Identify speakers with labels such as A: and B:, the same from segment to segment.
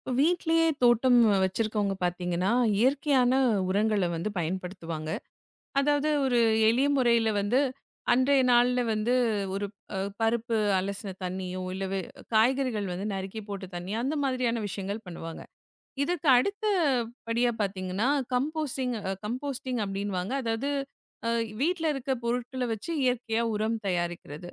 A: இப்போ வீட்லயே தோட்டம் வச்சிருக்கவங்க பார்த்தீங்கன்னா, இயற்கையான உரங்கள வந்து பயன்படுத்துவாங்க. அதாவது ஒரு எளிய முறையில வந்து அன்றைய நாள்ல வந்து ஒரு பருப்பு அலசின தண்ணியோ, இல்ல காய்கறிகள் வந்து நறுக்கி போட்ட தண்ணியோ, அந்த மாதிரியான விஷயங்கள் பண்ணுவாங்க. இதுக்கு அடுத்த படியா பார்த்தீங்கன்னா, கம்போஸ்டிங் அப்டின்னுவாங்க. அதாவது அ வீட்ல இருக்க பொருட்கள வச்சு இயற்கையா உரம் தயாரிக்கிறது.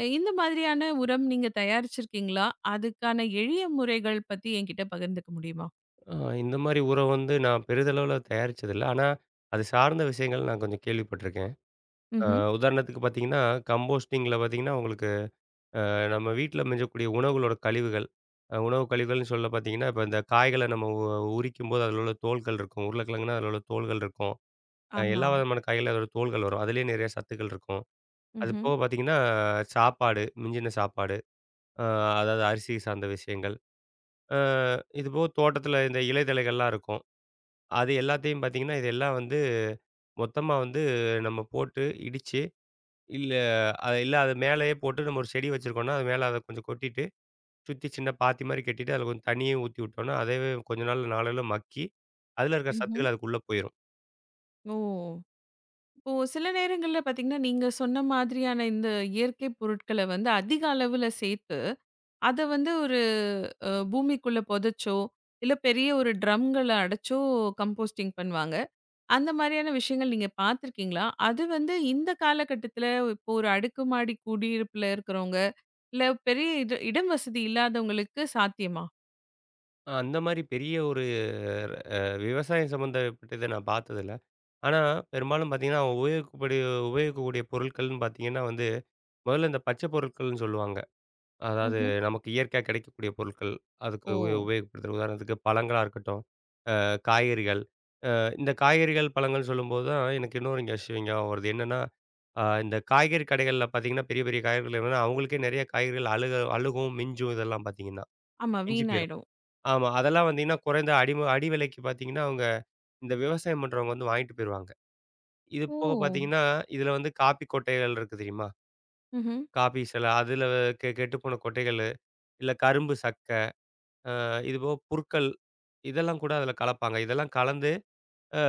A: இந்த மாதிரியான உரம் நீங்க தயாரிச்சிருக்கீங்களா? அதுக்கான எளிய முறைகள் பத்தி என்கிட்ட பகிர்ந்துக்க முடியுமா?
B: ஆ, இந்த மாரி உரம் வந்து நான் பெரிதளவுல தயாரிச்சதில்ல. ஆனா, அது சார்ந்த விஷயங்கள் நான் கொஞ்சம் கேள்விப்பட்டிருக்கேன். அ
A: ம்ஹ்ம்.
B: உதாரணத்துக்கு பார்த்தீங்கன்னா, கம்போஸ்டிங்கில பார்த்தீங்கன்னா, உங்களுக்கு நம்ம வீட்ல மிஞ்சக்கூடிய உணவுகளோட கழிவுகள், உணவு கழிவுகள்னு சொல்ல பார்த்தீங்கன்னா, இப்ப இந்த காய்கள நம்ம உரிக்கும்போது அதில உள்ள தோல்கள் இருக்கும். உருளைக்கிழங்குனா அதில உள்ள தோல்கள் இருக்கும்.
A: ஆமா.
B: எல்லா விதமான காய்கள்லயும் அதோட தோல்கள் வரும். அதிலேயே நிறைய சத்துக்கள் இருக்கும். அது
A: ம்ஹ்ம்.
B: போக பார்த்தீங்கன்னா, சாப்பாடு, மிஞ்சின சாப்பாடு, அ அதாவது அரிசி சார்ந்த விஷயங்கள். அ இது போக தோட்டத்தில இந்த இலை தழைகள்லாம் இருக்கும். அது எல்லாத்தையும் பார்த்தீங்கன்னா, இது எல்லாம் வந்து மொத்தமா வந்து நம்ம போட்டு இடிச்சு, இல்ல இல்ல அது மேலயே போட்டு நம்ம ஒரு செடி வச்சிருக்கோம்னா, அது மேல அத கொஞ்சம் கொட்டிட்டு, சுத்தி சின்ன பாத்தி மாரி கட்டிட்டு, அதுல கொஞ்சம் தண்ணியும் ஊத்தி விட்டோம்னா, அதவே கொஞ்ச நாள்ல நாளையில மக்கி, அதுல இருக்கிற
A: ம்ஹ்ம்.
B: சத்துக்கள் அதுக்குள்ள போயிரும்.
A: ஓ! இப்போ சில நேரங்கள்ல பார்த்தீங்கன்னா, நீங்க சொன்ன மாதிரியான இந்த இயற்கை பொருட்கள வந்து அதிக அளவுல சேர்த்து, அத வந்து ஒரு பூமிக்குள்ள புதைச்சோ, இல்ல பெரிய ஒரு ட்ரம்கள அடைச்சோ கம்போஸ்டிங் பண்ணுவாங்க. அந்த மாரியான விஷயங்கள் நீங்க பார்த்துருக்கீங்களா? அது வந்து இந்த காலகட்டத்தில இப்போ ஒரு அடுக்குமாடி குடியிருப்புல இருக்கிறவங்க, இல்ல பெரிய இடம் வசதி இல்லாதவங்களுக்கு சாத்தியமா?
B: அந்த மாரி பெரிய ஒரு அ விவசாயம் சம்மந்தப்பட்டத நான் பார்த்ததில்ல. ஆனா, பெரும்பாலும் பார்த்தீங்கன்னா, உபயோகிக்கக்கூடிய பொருட்கள்னு பார்த்தீங்கன்னா வந்து, முதல்ல இந்த பச்சை பொருட்கள்னு சொல்லுவாங்க. அதாவது
A: ம்ஹ்ம்.
B: நமக்கு இயற்கையா கிடைக்கக்கூடிய பொருட்கள். அதுக்கு
A: ஓ!
B: உபயோகப்படுத்துற உதாரணத்துக்கு பழங்களா இருக்கட்டும், காய்கறிகள். இந்த காய்கறிகள், பழங்கள்னு சொல்லும்போது தான் எனக்கு இன்னொரு இங்க விஷயம் ஞாபகம் வருது. என்னன்னா, இந்த காய்கறி கடைகள்ல பார்த்தீங்கன்னா, பெரிய பெரிய காய்கறிகள் என்னன்னா, அவங்களுக்கே நெறைய காய்கறிகள் அழுகும், மிஞ்சும் இதெல்லாம் பார்த்தீங்கன்னா.
A: ஆமா
B: மிஞ்சி போயிரும்.
A: வீணாயிடும்.
B: ஆமா. அதெல்லாம் வந்தீங்கன்னா, குறைந்த அடி விலைக்கு பார்த்தீங்கன்னா, அவங்க இந்த விவசாயம் பண்றவங்க வந்து வாங்கிட்டு போயிருவாங்க. இது போக
A: ஓ!
B: பார்த்தீங்கன்னா, இதுல வந்து காப்பி கொட்டைகள் இருக்கு தெரியுமா?
A: ம்ஹ்ம்.
B: காப்பி சில அதுல கெட்டுப்போன கொட்டைகளு, இல்ல கரும்பு இது போக புற்கள், இதெல்லாம் கூட அதில கலப்பாங்க. இதெல்லாம் கலந்து அ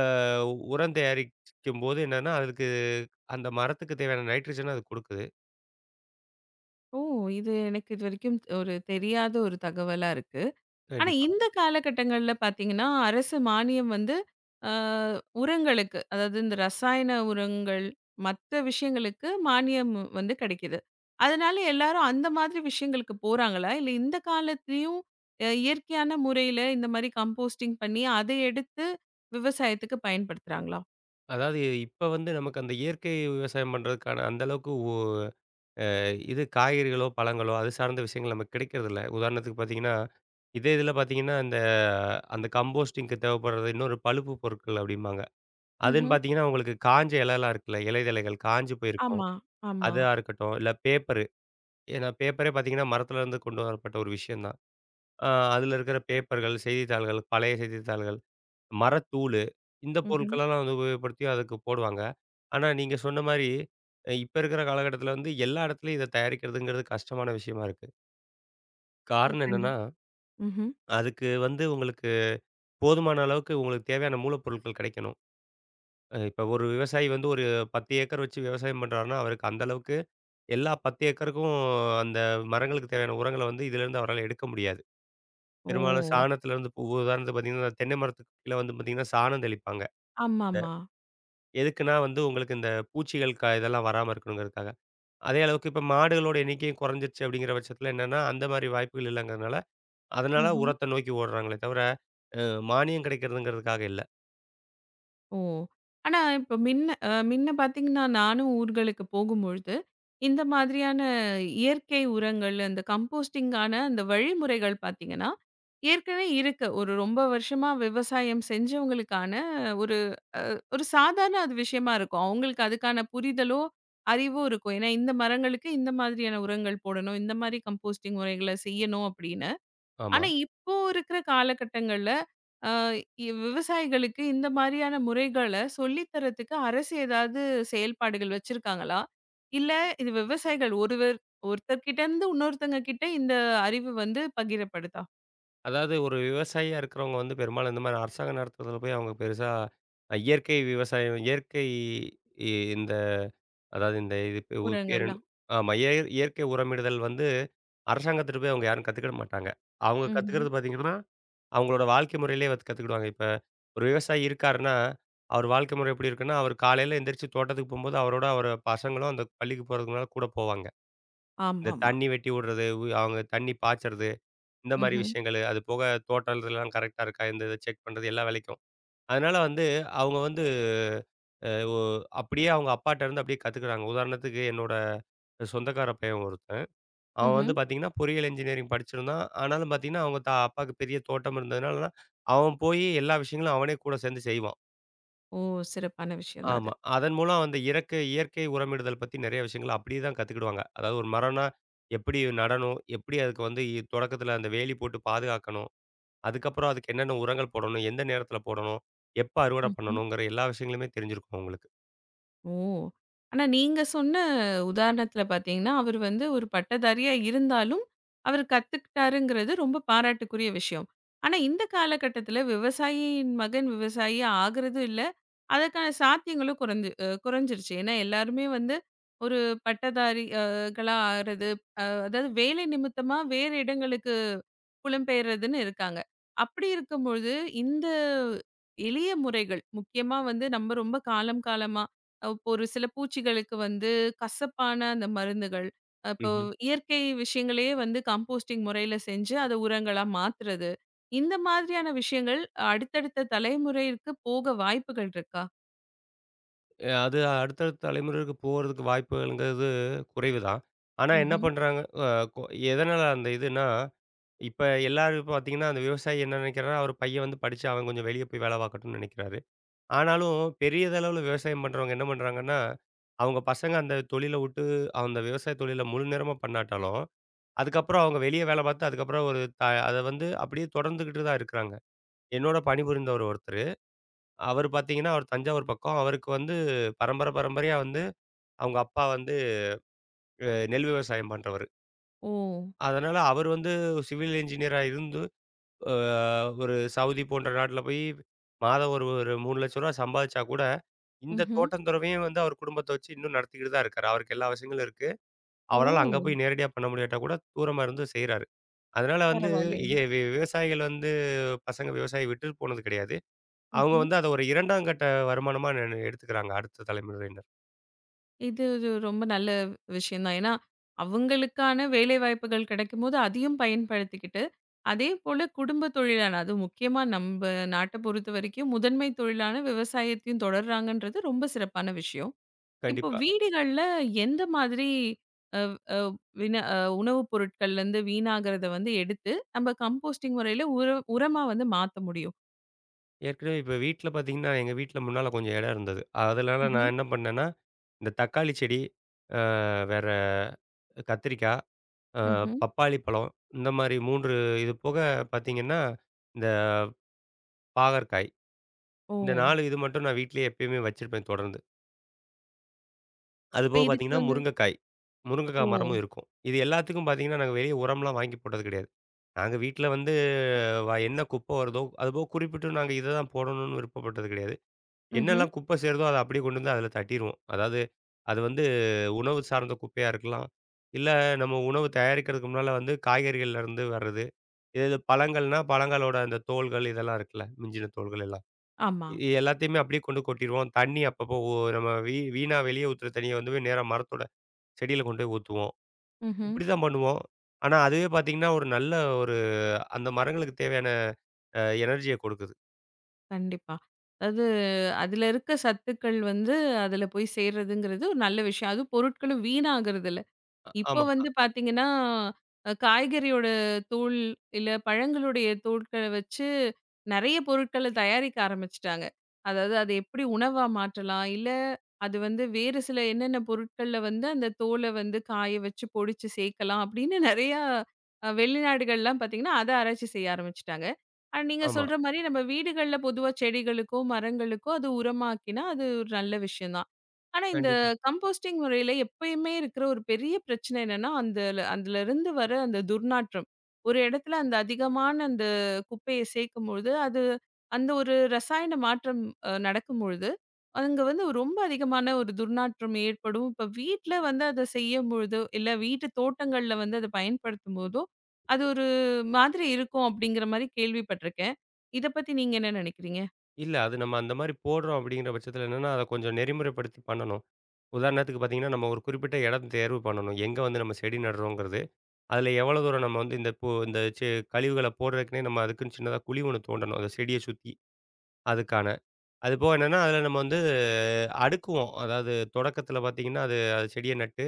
B: உரம் தயாரிக்கும்போது என்னன்னா, அதுக்கு அந்த மரத்துக்கு தேவையான நைட்ரஜன அது குடுக்குது.
A: ஓ! இது எனக்கு இதுவரைக்கும் ஒரு தெரியாத ஒரு தகவலா இருக்கு. ஆனா
B: கண்டிப்பா.
A: இந்த காலகட்டங்கள்ல பார்த்தீங்கன்னா, அரசு மானியம் வந்து அ உரங்களுக்கு, அதாவது இந்த ரசாயன உரங்கள், மத்த விஷயங்களுக்கு மானியம் வந்து கிடைக்குது. அதனால எல்லாரும் அந்த மாதிரி விஷயங்களுக்கு போறாங்களா? இல்ல இந்த காலத்திலயும் இயற்கையான முறையில இந்த மாரி கம்போஸ்டிங் பண்ணி, அத எடுத்து விவசாயத்துக்கு பயன்படுத்துறாங்களா?
B: அதாவது இப்ப வந்து நமக்கு அந்த இயற்கை விவசாயம் பண்றதுக்கான அந்த அளவுக்கு இது காய்கறிகளோ, பழங்களோ அது சார்ந்த விஷயங்கள் நமக்கு கிடைக்கிறதில்ல. உதாரணத்துக்கு பார்த்தீங்கன்னா, இதே இதில பார்த்தீங்கன்னா, அந்த கம்போஸ்டிங்க்கு தேவைப்படுறது இன்னொரு பழுப்பு பொருட்கள் அப்படிம்பாங்க. அதுன்னு
A: ம்ஹ்ம்.
B: பார்த்தீங்கன்னா, உங்களுக்கு காஞ்ச இலைலாம் இருக்குல்ல, இலைதழைகள் காஞ்சு போயிருக்கும்.
A: ஆமா, ஆமா.
B: அதா இருக்கட்டும், இல்ல பேப்பரு ஏன்னா பேப்பரே பார்த்தீங்கன்னா, மரத்துலருந்து கொண்டு வரப்பட்ட ஒரு விஷயம் தான். அ அதில இருக்கிற பேப்பர்கள், செய்தித்தாள்கள், பழைய செய்தித்தாள்கள், மரத்தூளு இந்த
A: ம்ஹ்ம்.
B: பொருட்களெல்லாம் வந்து உபயோகப்படுத்தி அதுக்கு போடுவாங்க. ஆனா, நீங்க சொன்ன மாரி இப்ப இருக்கிற காலகட்டத்தில வந்து எல்லா இடத்துலயும் இத தயாரிக்கிறதுங்கிறது கஷ்டமான விஷயமா இருக்கு.
A: அ
B: காரணம்
A: கண்டி
B: என்னன்னா,
A: ம்ஹ்ம்.
B: அதுக்கு வந்து உங்களுக்கு போதுமான அளவுக்கு உங்களுக்கு தேவையான மூலப்பொருட்கள் கிடைக்கணும். இப்ப ஒரு விவசாயி வந்து ஒரு 10 ஏக்கர் வச்சு விவசாயம் பண்றாருன்னா, அவருக்கு அந்த அளவுக்கு எல்லா 10 ஏக்கருக்கும் அந்த மரங்களுக்கு தேவையான உரங்கள வந்து இதிலேருந்து அவரால எடுக்க முடியாது. பெரும்பாலும்
A: ஓ!
B: சாணத்திலருந்து இப்போ உதாரணத்துக்கு பார்த்தீங்கன்னா, தென்னை மரத்துக்கு கீழ வந்து பார்த்தீங்கன்னா, சாணம் தெளிப்பாங்க. அ
A: ஆமாமா.
B: எதுக்குன்னா வந்து உங்களுக்கு இந்த பூச்சிகள் இதெல்லாம் வராம இருக்கணுங்கிறதுக்காக. அதே அளவுக்கு இப்ப மாடுகளோட எண்ணிக்கையும் குறைஞ்சிருச்சு அப்படிங்கிற பட்சத்தில என்னன்னா, அந்த மாரி வாய்ப்புகள் இல்லங்கிறதுனால, அதனால
A: ம்ஹ்ம்.
B: உரத்த நோக்கி ஓடுறாங்களே தவிர, அ மானியம் கிடைக்கிறதுங்கிறதுக்காக இல்ல.
A: ஓ! ஆனா இப்ப மின்ன பார்த்தீங்கன்னா, நானும் ஊர்களுக்கு போகும்பொழுது, இந்த மாதிரியான இயற்கை உரங்கள், அந்த கம்போஸ்டிங்கான அந்த வழிமுறைகள் பார்த்தீங்கன்னா, ஏற்கனவே இருக்கு. ஒரு ரொம்ப வருஷமா விவசாயம் செஞ்சவங்களுக்கான ஒரு ஒரு சாதாரண அது விஷயமா இருக்கும். அவங்களுக்கு அதுக்கான புரிதலோ, அறிவோ இருக்கும். ஏன்னா இந்த மரங்களுக்கு இந்த மாதிரியான உரங்கள் போடணும், இந்த மாரி கம்போஸ்டிங் முறைகள செய்யணும் அப்படின்னு.
B: ஆமா.
A: ஆனா, இப்போ இருக்கிற காலகட்டங்கள்ல, அ இ விவசாயிகளுக்கு இந்த மாரியான முறைகள சொல்லி தர்றதுக்கு அரசு ஏதாவது செயல்பாடுகள் வச்சிருக்காங்களா? இல்ல இது விவசாயிகள் ஒருவர் ஒருத்தர் கிட்ட இருந்து இன்னொருத்தங்க கிட்ட இந்த அறிவு வந்து பகிரப்படுதா?
B: அதாவது ஒரு விவசாயியா இருக்கிறவங்க வந்து பெரும்பாலும் இந்த மாரி அரசாங்க நடத்துறதுல போய் அவங்க பெருசா இயற்கை விவசாயம், இயற்கை இ அதாவது இது ஒரு பேர் என்ன.
A: உரங்கள்லாம்?
B: ஆமா. இயற்கை உரமிடுதல் வந்து அரசாங்கத்துட்ட போய் அவங்க யாரும் கத்துக்கிட மாட்டாங்க. அவங்க
A: ம்ஹ்ம்.
B: கத்துக்கிறது பார்த்தீங்கன்னா, அவங்களோட வாழ்க்கை முறையிலேயே வந்து கத்துக்கிடுவாங்க. இப்ப ஒரு விவசாயி இருக்காருன்னா, அவர் வாழ்க்கை முறை எப்படி இருக்குன்னா, அவர் காலையில எந்திரிச்சு தோட்டத்துக்கு போம்போது, அவரோட அவர் பசங்களும் அந்த பள்ளிக்கு போறதுக்கு முன்னால கூட போவாங்க. இந்த
A: ஆமாமா.
B: தண்ணி வெட்டி விடுறது, அவங்க தண்ணி பாய்ச்சறது, இந்த மாரி
A: ம்ஹ்ம்.
B: விஷயங்கள். அது போக தோட்டத்துலலாம் கரெக்ட்டா இருக்கா? இத செக் பண்றது எல்லா வேலைக்கும். அதனால வந்து அவங்க வந்து அ ஒ அப்படியே அவங்க அப்பாட்ட இருந்து அப்படியே கத்துக்குறாங்க. உதாரணத்துக்கு என்னோட சொந்தக்கார பையன் ஒருத்தன். அவன் வந்து
A: ம்ஹ்ம்.
B: பார்த்தீங்கன்னா, பொறியியல் இன்ஜினியரிங் படிச்சிருந்தான். ஆனாலும் பார்த்தீங்கன்னா, அவங்க அப்பாவுக்கு பெரிய தோட்டம் இருந்ததுனால, அவன் போய் எல்லா விஷயங்களும் அவனே கூட சேர்ந்து செய்வான்.
A: ஓ! சிறப்பான விஷயம் தான்
B: ஆமா.
A: அது.
B: அதன் மூலம் அந்த இறக்கை இயற்கை உரமிடுதல் பத்தி நிறைய விஷயங்கள அப்படியே தான் கத்துக்கிடுவாங்க. அதாவது ஒரு மரம்னா எப்படி நடணும்? எப்படி அதுக்கு வந்து தொடக்கத்தில அந்த வேலி போட்டு பாதுகாக்கணும்? அதுக்கப்புறம் அதுக்கு என்னென்ன உரங்கள் போடணும்? எந்த நேரத்தில போடணும்? எப்ப அறுவடை
A: ம்.
B: பண்ணணுங்கிற எல்லா விஷயங்களுமே தெரிஞ்சிருக்கும் அவங்களுக்கு.
A: ஓ! ஆனா நீங்க சொன்ன உதாரணத்துல பார்த்தீங்கன்னா, அவரு வந்து ஒரு பட்டதாரியா இருந்தாலும், அவரு கத்துக்கிட்டாருங்கிறது ரொம்ப பாராட்டுக்குரிய விஷயம். ஆனா இந்த காலகட்டத்துல விவசாயியின் மகன் விவசாயி ஆகுறதும் இல்ல. அதற்கான சாத்தியங்களும் குறைஞ்சு அ குறைஞ்சிருச்சு. ஏன்னா எல்லாருமே வந்து ஒரு பட்டதாரி அ களா ஆறது அதாவது வேலை நிமித்தமா வேறு இடங்களுக்கு புலம்பெயர்றதுன்னு இருக்காங்க. அப்படி இருக்கும்பொழுது, இந்த எளிய முறைகள் முக்கியமா வந்து நம்ம ரொம்ப காலம் காலமா இப்போ ஒரு சில பூச்சிகளுக்கு வந்து கசப்பான அந்த மருந்துகள், இப்போ
B: ம்ஹ்ம்.
A: இயற்கை விஷயங்களையே வந்து கம்போஸ்டிங் முறையில செஞ்சு அத உரங்களா மாத்துறது. இந்த மாதிரியான விஷயங்கள் அடுத்தடுத்த தலைமுறைக்கு போக வாய்ப்புகள் இருக்கா?
B: அது அடுத்தடுத்த தலைமுறைக்கு போறதுக்கு வாய்ப்புகள்ங்கிறது குறைவு தான். ஆனா என்ன
A: ம்ஹ்ம்.
B: பண்றாங்க அ கொ எதனால அந்த இதுன்னா, இப்ப எல்லாரும் பார்த்தீங்கன்னா, அந்த விவசாயி என்ன நினைக்கிறார்னா, அவர் பையன் வந்து படிச்சு அவன் கொஞ்சம் வெளிய போய் வேல பார்க்கட்டும்னு நினைக்கிறாரு. ஆனாலும் பெரியதளவுல விவசாயம் பண்றவங்க என்ன பண்றாங்கன்னா, அவங்க பசங்க அந்த தொழில வுட்டு அந்த விவசாய தொழில முழு நேரமா பண்ணாட்டாலும், அதுக்கப்புறம் அவங்க வெளிய வேல பார்த்து அதுக்கப்புறம் ஒரு அத வந்து அப்படியே தொடர்ந்துகிட்டு தான் இருக்கிறாங்க. என்னோட பணிபுரிந்தவர் ஒருத்தரு. அவர் பார்த்தீங்கன்னா, அவர் தஞ்சாவூர் பக்கம். அவருக்கு வந்து பரம்பரையா வந்து அவங்க அப்பா வந்து நெல் விவசாயம் பண்றவரு.
A: ஓ!
B: அதனால அவரு வந்து சிவில் என்ஜினியரா இருந்து, அ ஒரு சவுதி போன்ற நாட்ல போய் மாதம் ஒரு ஒரு ரூ. 3,00,000 சம்பாதிச்சா கூட, இந்த
A: ம்ஹ்ம்.
B: தோட்டம் துறவையும் வந்து அவர் குடும்பத்த வச்சு இன்னும் நடத்திக்கிட்டு தான் இருக்காரு. அவருக்கு எல்லா வசதிகளும் இருக்கு.
A: ஓ!
B: அவரால அங்க போய் நேரடியா பண்ண முடியாட்டா கூட தூரமா இருந்து செய்றாரு. அதனால வந்து
A: பரவாயில்லையே!
B: எ வி விவசாயிகள் வந்து பசங்க விவசாயம் விட்டுட்டு போனது கிடையாது. அவங்க
A: ம்ஹ்ம்.
B: வந்து அத ஒரு 2ஆம் கட்ட வருமானமா எடுத்துக்கிறாங்க அடுத்த தலைமுறையினர்.
A: இது இது ரொம்ப நல்ல விஷயம் தான். ஏன்னா, அவங்களுக்கான வேலைவாய்ப்புகள் கிடைக்கும்போது அதையும் பயன்படுத்திக்கிட்டு, அதே போல குடும்ப தொழிலான அதுவும் முக்கியமா நம்ப நாட்ட பொறுத்தவரைக்கும் முதன்மை தொழிலான விவசாயத்தையும் தொடர்றாங்கன்றது ரொம்ப சிறப்பான விஷயம். இப்போ
B: கண்டிப்பா.
A: வீடுகள்ல எந்த மாதிரி அ வின அ உணவுப் பொருட்கள்லேருந்து வீணாகிறத வந்து எடுத்து நம்ம கம்போஸ்டிங் முறையில உரமா வந்து மாத்த முடியும்?
B: ஏற்கனவே இப்ப வீட்ல பார்த்தீங்கன்னா, எங்க வீட்ல முன்னால கொஞ்சம் இடம் இருந்தது. அதனால
A: ம்ஹ்ம்.
B: நான் என்ன பண்ணேன்னா, இந்த தக்காளி செடி, அ வேற கத்திரிக்காய், அ
A: ம்ஹ்ம்.
B: பப்பாளி பழம் இந்த மாரி 3 இது போக பார்த்தீங்கன்னா, இந்த பாகற்காய்
A: ஓ!
B: இந்த 4 இது மட்டும் நான் வீட்லயே எப்பயுமே வச்சிருப்பேன் தொடர்ந்து. அது
A: இப்ப
B: போக
A: இதுக்கு
B: பார்த்தீங்கன்னா,
A: வந்து
B: முருங்கைக்காய்.
A: ஓ!
B: முருங்கைக்காய் மரமும் இருக்கும். இது எல்லாத்துக்கும் பார்த்தீங்கன்னா, நாங்க வெளிய உரம்லாம் வாங்கி போட்டது கிடையாது. நாங்க வீட்ல வந்து என்ன குப்பை வருதோ, அதுபோக குறிப்பிட்டு நாங்க இத தான் போடணும்னு விருப்பப்பட்டது கிடையாது.
A: ம்ஹ்ம்.
B: என்னெல்லாம் குப்பை சேருதோ அத அப்படியே கொண்டு வந்து அதில தட்டிருவோம். அதாவது அது வந்து உணவு சார்ந்த குப்பையா இருக்கலாம். இல்ல நம்ம உணவு தயாரிக்கிறதுக்கு முன்னால வந்து காய்கறிகள்லேருந்து வர்றது. இது இது பழங்கள்னா பழங்களோட அந்த தோல்கள் இதெல்லாம் இருக்குல்ல, மிஞ்சின தோல்கள் எல்லாம்.
A: ஆமா.
B: இது எல்லாத்தையுமே அப்படியே கொண்டு கொட்டிருவோம். தண்ணி அப்பப்போ நம்ம வீணா வெளிய ஊத்துற தண்ணிய வந்து போய் நேரா மரத்தோட செடியில கொண்டு போய் ஊத்துவோம்.
A: ம்ஹ்ம்.
B: இப்படி தான் பண்ணுவோம். ஆனா அதுவே பார்த்தீங்கன்னா, ஒரு நல்ல ஒரு அந்த மரங்களுக்கு தேவையான எனர்ஜிய கொடுக்குது.
A: கண்டிப்பா. அதாவது அதுல இருக்க சத்துக்கள் வந்து அதுல போய் சேர்றதுங்கிறது ஒரு நல்ல விஷயம். அதுவும் பொருட்களும் வீணாகறதில்ல. இப்போ
B: ஆமா,
A: வந்து பார்த்தீங்கன்னா, காய்கறியோட தோல், இல்ல பழங்களுடைய தோல்கள வச்சு நெறைய பொருட்கள தயாரிக்க ஆரம்பிச்சுட்டாங்க. அதாவது அத எப்படி உணவா மாற்றலாம்? இல்ல அது வந்து வேறு சில என்னென்ன பொருட்கள்ல வந்து அந்த தோல வந்து காய வச்சு பொடிச்சு சேர்க்கலாம் அப்படின்னு நெறையா வெளிநாடுகள்லாம் பார்த்தீங்கன்னா, அத ஆராய்ச்சி செய்ய ஆரம்பிச்சுட்டாங்க. ஆனா நீங்க
B: ஆமா.
A: சொல்ற மாரி நம்ம வீடுகள்ல பொதுவா செடிகளுக்கோ, மரங்களுக்கோ அது உரமாக்கினா அது ஒரு நல்ல விஷயம் தான். ஆனா, இந்த
B: கண்டிப்பா.
A: கம்போஸ்டிங் முறையில எப்பயுமே இருக்கிற ஒரு பெரிய பிரச்சனை என்னன்னா, அதுலருந்து வர அந்த துர்நாற்றம். ஒரு இடத்துல அந்த அதிகமான அந்த குப்பைய சேர்க்கும்பொழுது, அது அந்த ஒரு ரசாயன மாற்றம் நடக்கும்பொழுது, அங்க வந்து ரொம்ப அதிகமான ஒரு துர்நாற்றம் ஏற்படும். இப்ப வீட்ல வந்து அத செய்யும்பொழுதோ, இல்ல வீட்டு தோட்டங்கள்ல வந்து அத பயன்படுத்தும்போதோ, அது ஒரு மாதிரி இருக்கும் அப்படிங்கிற மாரி கேள்விப்பட்டிருக்கேன். இத பத்தி நீங்க என்ன நினைக்கிறீங்க?
B: இல்ல. அது நம்ம அந்த மாரி போடுறோம் அப்படிங்கிற பட்சத்தில என்னன்னா, அத கொஞ்சம் நெறிமுறைப்படுத்தி பண்ணணும். உதாரணத்துக்கு பார்த்தீங்கன்னா, நம்ம ஒரு குறிப்பிட்ட இடம் தேர்வு பண்ணணும். எங்க வந்து நம்ம செடி நடுறோங்கிறது. அதில எவ்வளோ தூரம் நம்ம வந்து இந்த பூ இந்த செ கழிவுகள போடுறதுக்குன்னே நம்ம அதுக்குன்னு சின்னதா குழி ஒண்ணு தோண்டணும். அந்த செடிய சுத்தி அதுக்கான. அதுபோக என்னன்னா, அதில நம்ம வந்து அடுக்குவோம். அதாவது தொடக்கத்தில பார்த்தீங்கன்னா, அது அது செடிய நட்டு,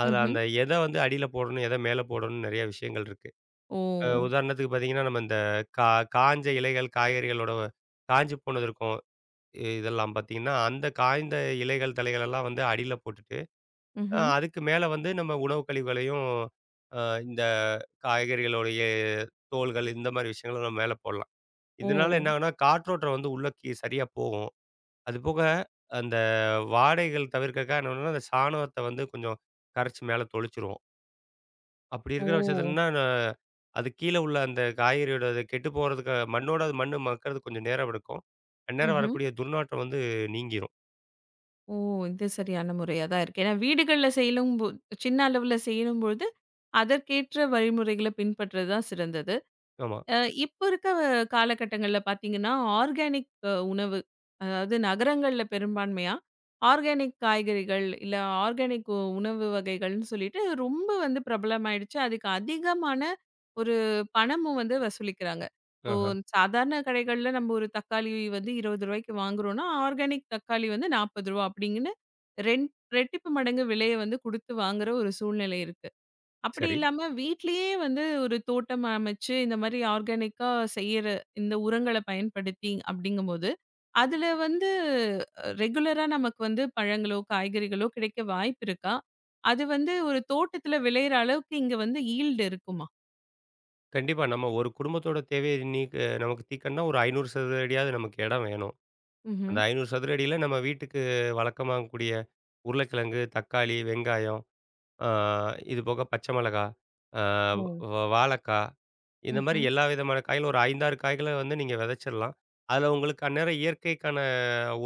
B: அதில
A: ம்ஹ்ம்.
B: அந்த எத வந்து அடியில போடணும், எத மேல போடணும்னு நெறைய விஷயங்கள் இருக்கு.
A: ஓ!
B: உதாரணத்துக்கு பார்த்தீங்கன்னா, நம்ம இந்த கா காஞ்ச இலைகள், காய்கறிகளோட காஞ்சு போனது இருக்கும். இதெல்லாம் பார்த்தீங்கன்னா, அந்த காய்ந்த இலைகள், தழைகள் எல்லாம் வந்து அடியில போட்டுட்டு,
A: ம்ஹ்ம்.
B: அதுக்கு மேல வந்து நம்ம உணவு கழிவுகளையும், அ இந்த காய்கறிகளுடைய தோல்கள் இந்த மாரி விஷயங்கள நம்ம மேல போடலாம்.
A: ஓ!
B: இதனால என்ன ஆகும்னா, காற்றோட்டம் வந்து உள்ள சரியா போகும். அதுபோக அந்த வாடைகள் தவிர்க்கறக்காக என்ன பண்ணுவோம்னா, அந்த சாணத்த வந்து கொஞ்சம் கரைச்சு மேல தெளிச்சிருவோம். அப்படி
A: ஓ!
B: இருக்கிற பட்சத்துலன்னா, அது கீழ உள்ள அந்த காய்கறியோட அது கெட்டு போறதுக்கு மண்ணோட அது மண்ணு மக்குறதுக்கு கொஞ்சம் நேரம் எடுக்கும். அந்நேரம்
A: ம்ஹ்ம்.
B: வரக்கூடிய துர்நாற்றம் வந்து நீங்கிரும்.
A: ஓ! இது சரியான முறையா தான் இருக்கு. ஏன்னா வீடுகள்ல செய்யலும்போ சின்ன அளவுல செய்யும்பொழுது, அதற்கேற்ற வழிமுறைகள பின்பற்றது தான் சிறந்தது.
B: ஆமா.
A: அ இப்ப இருக்க காலகட்டங்கள்ல பார்த்தீங்கன்னா, ஆர்கானிக் உணவு. அதாவது நகரங்கள்ல பெரும்பான்மையா, ஆர்கானிக் காய்கறிகள், இல்ல ஆர்கானிக் உணவு வகைகள்னு சொல்லிட்டு ரொம்ப வந்து பிரபலமாயிடுச்சு. அதுக்கு அதிகமான ஒரு பணமும் வந்து வசூலிக்கிறாங்க. இப்போ
B: ஆஹ.
A: சாதாரண கடைகள்ல நம்ம ஒரு தக்காளி வந்து ரூ. 20க்கு வாங்குறோம்னா, ஆர்கானிக் தக்காளி வந்து ரூ. 40 அப்படிங்கன்னு 2 ரெட்டிப்பு மடங்கு விலைய வந்து குடுத்து வாங்குற ஒரு சூழ்நிலை இருக்கு. அப்படி
B: சரி.
A: இல்லாம வீட்லயே வந்து ஒரு தோட்டம் அமைச்சு, இந்த மாரி ஆர்கானிக்கா செய்யற இந்த உரங்கள பயன்படுத்தி அப்படிங்கும்போது, அதுல வந்து ரெகுலரா நமக்கு வந்து பழங்களோ, காய்கறிகளோ கிடைக்க வாய்ப்பு இருக்கா? அது வந்து ஒரு தோட்டத்துல விளையிற அளவுக்கு இங்க வந்து ஈல்டு இருக்குமா?
B: கண்டிப்பா. நம்ம ஒரு குடும்பத்தோட தேவைய நீக்க நமக்கு தீர்க்கணும்னா ஒரு 500 சதுர அடியாவது நமக்கு இடம் வேணும்.
A: ம்ஹ்ம்.
B: அந்த 500 சதுர அடியில நம்ம வீட்டுக்கு வழக்கமாகக்கூடிய உருளைக்கிழங்கு, தக்காளி, வெங்காயம், ஆ இது போக பச்சை மிளகா, ஆ
A: ஓ!
B: வாழைக்கா இந்த மாரி
A: ம்ஹ்ம்.
B: எல்லா விதமான காய்களும் ஒரு 5, 6 காய்கள வந்து நீங்க விதைச்சிடலாம். அதில உங்களுக்கு அந்நேரம் இயற்கைக்கான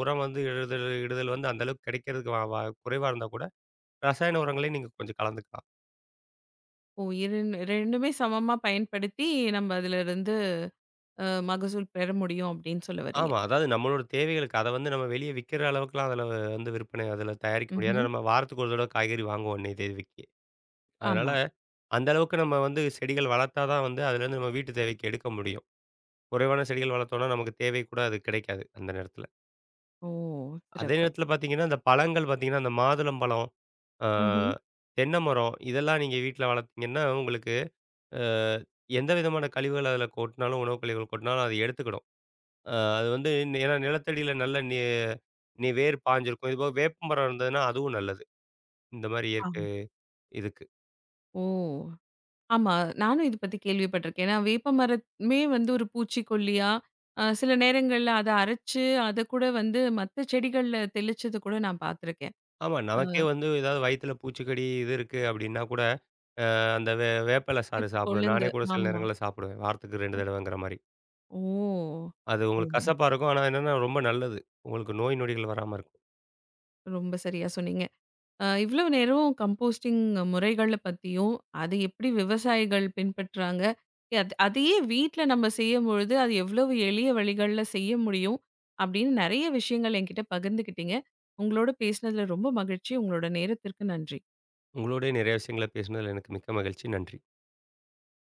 B: உரம் வந்து இடுதல் இடுதல் வந்து அந்த அளவுக்கு கிடைக்கிறதுக்கு வ வ குறைவா இருந்தா கூட, ரசாயன உரங்களையும் நீங்க கொஞ்சம் கலந்துக்கலாம்.
A: ஓ! 2மே சமமா பயன்படுத்தி நம்ம அதுலருந்து மகசூல் பெற முடியும் அப்படின்னு சொல்ல வர்றீங்க.
B: ஆமா. அதாவது நம்மளோட தேவைகளுக்கு அத வந்து நம்ம வெளிய விக்கிற அளவுக்குலாம் அதுல வந்து விற்பனை அதுல தயாரிக்க முடியாது. ஏன்னா,
A: ம்ஹ்ம்.
B: நம்ம வாரத்துக்கு ஒரு தடவ காய்கறி வாங்குவோம் அன்னைய தேதிக்கு. அதனால
A: ஆமா.
B: அந்த அளவுக்கு நம்ம வந்து செடிகள் வளர்த்தா தான் வந்து அதுலேருந்து நம்ம வீட்டு தேவைக்கு எடுக்க முடியும். குறைவான செடிகள் வளர்த்தோம்னா நமக்கு தேவை கூட அது கிடைக்காது அந்த நேரத்துல.
A: ஓ!
B: அதே
A: சிறப்பு.
B: நேரத்துல பார்த்தீங்கன்னா, இந்த பழங்கள் பார்த்தீங்கன்னா, இந்த மாதுளம்பழம், ஆ
A: ம்ஹ்ம்.
B: தென்னை மரம் இதெல்லாம் நீங்க வீட்ல வளர்த்தீங்கன்னா, உங்களுக்கு அ எந்த விதமான கழிவுகள் அதுல கொட்டினாலும், உணவு கழிவுகள் கொட்டினாலும் அது எடுத்துக்கிடும். அது வந்து ஏன்னா நிலத்தடியில நல்ல நீ நீ வேர் பாய்ஞ்சிருக்கும். இதுபோக வேப்பமரம் இருந்ததுன்னா அதுவும் நல்லது. இந்த மாரி
A: ஆம்.
B: இயற்கை இதுக்கு.
A: ஓ! ஆமா. நானும் இத பத்தி கேள்விப்பட்டிருக்கேன். ஏன்னா வேப்ப மரமே வந்து ஒரு பூச்சிக்கொல்லியா, சில நேரங்கள்ல அத அரைச்சு, அத கூட வந்து மத்த செடிகள்ல தெளிச்சது கூட நான் பார்த்துருக்கேன்.
B: ஆமா
A: அ
B: நமக்கே வந்து ஏதாவது வயித்துல பூச்சிக்கடி இது இருக்கு அப்டின்னா கூட, அந்த வேப்பில சாறு
A: வேப்ப
B: சாப்பிடுவேன்.
A: கொழுந்து
B: நானே கூட சில
A: ஆமா.
B: நேரங்கள்ல சாப்பிடுவேன். வாரத்துக்கு 2
A: ஓ!
B: தடவைங்கிற மாரி.
A: ஓ.
B: அது உங்களுக்கு
A: ஆமா.
B: கசப்பா இருக்கும். ஆனா என்னன்னா ரொம்ப நல்லது. உங்களுக்கு நோய் நொடிகள் வராம இருக்கும்.
A: ரொம்ப சரியா சொன்னீங்க. இவ்வளவு நேரம் கம்போஸ்டிங் முறைகள பத்தியும், அது எப்படி விவசாயிகள் பின்பற்றாங்க. அதையே வீட்ல நம்ம செய்யும்பொழுது, அது எவ்வளவு எளிய வழிகள்ல செய்ய முடியும். அப்படின்னு நெறைய விஷயங்கள் என்கிட்ட பகிர்ந்துக்கிட்டீங்க. உங்களோட பேசினதுல ரொம்ப மகிழ்ச்சி. உங்களோட நேரத்திற்கு நன்றி.
B: உங்களோடயே நிறைய விஷயங்கள பேசினதுல எனக்கு மிக்க மகிழ்ச்சி. நன்றி.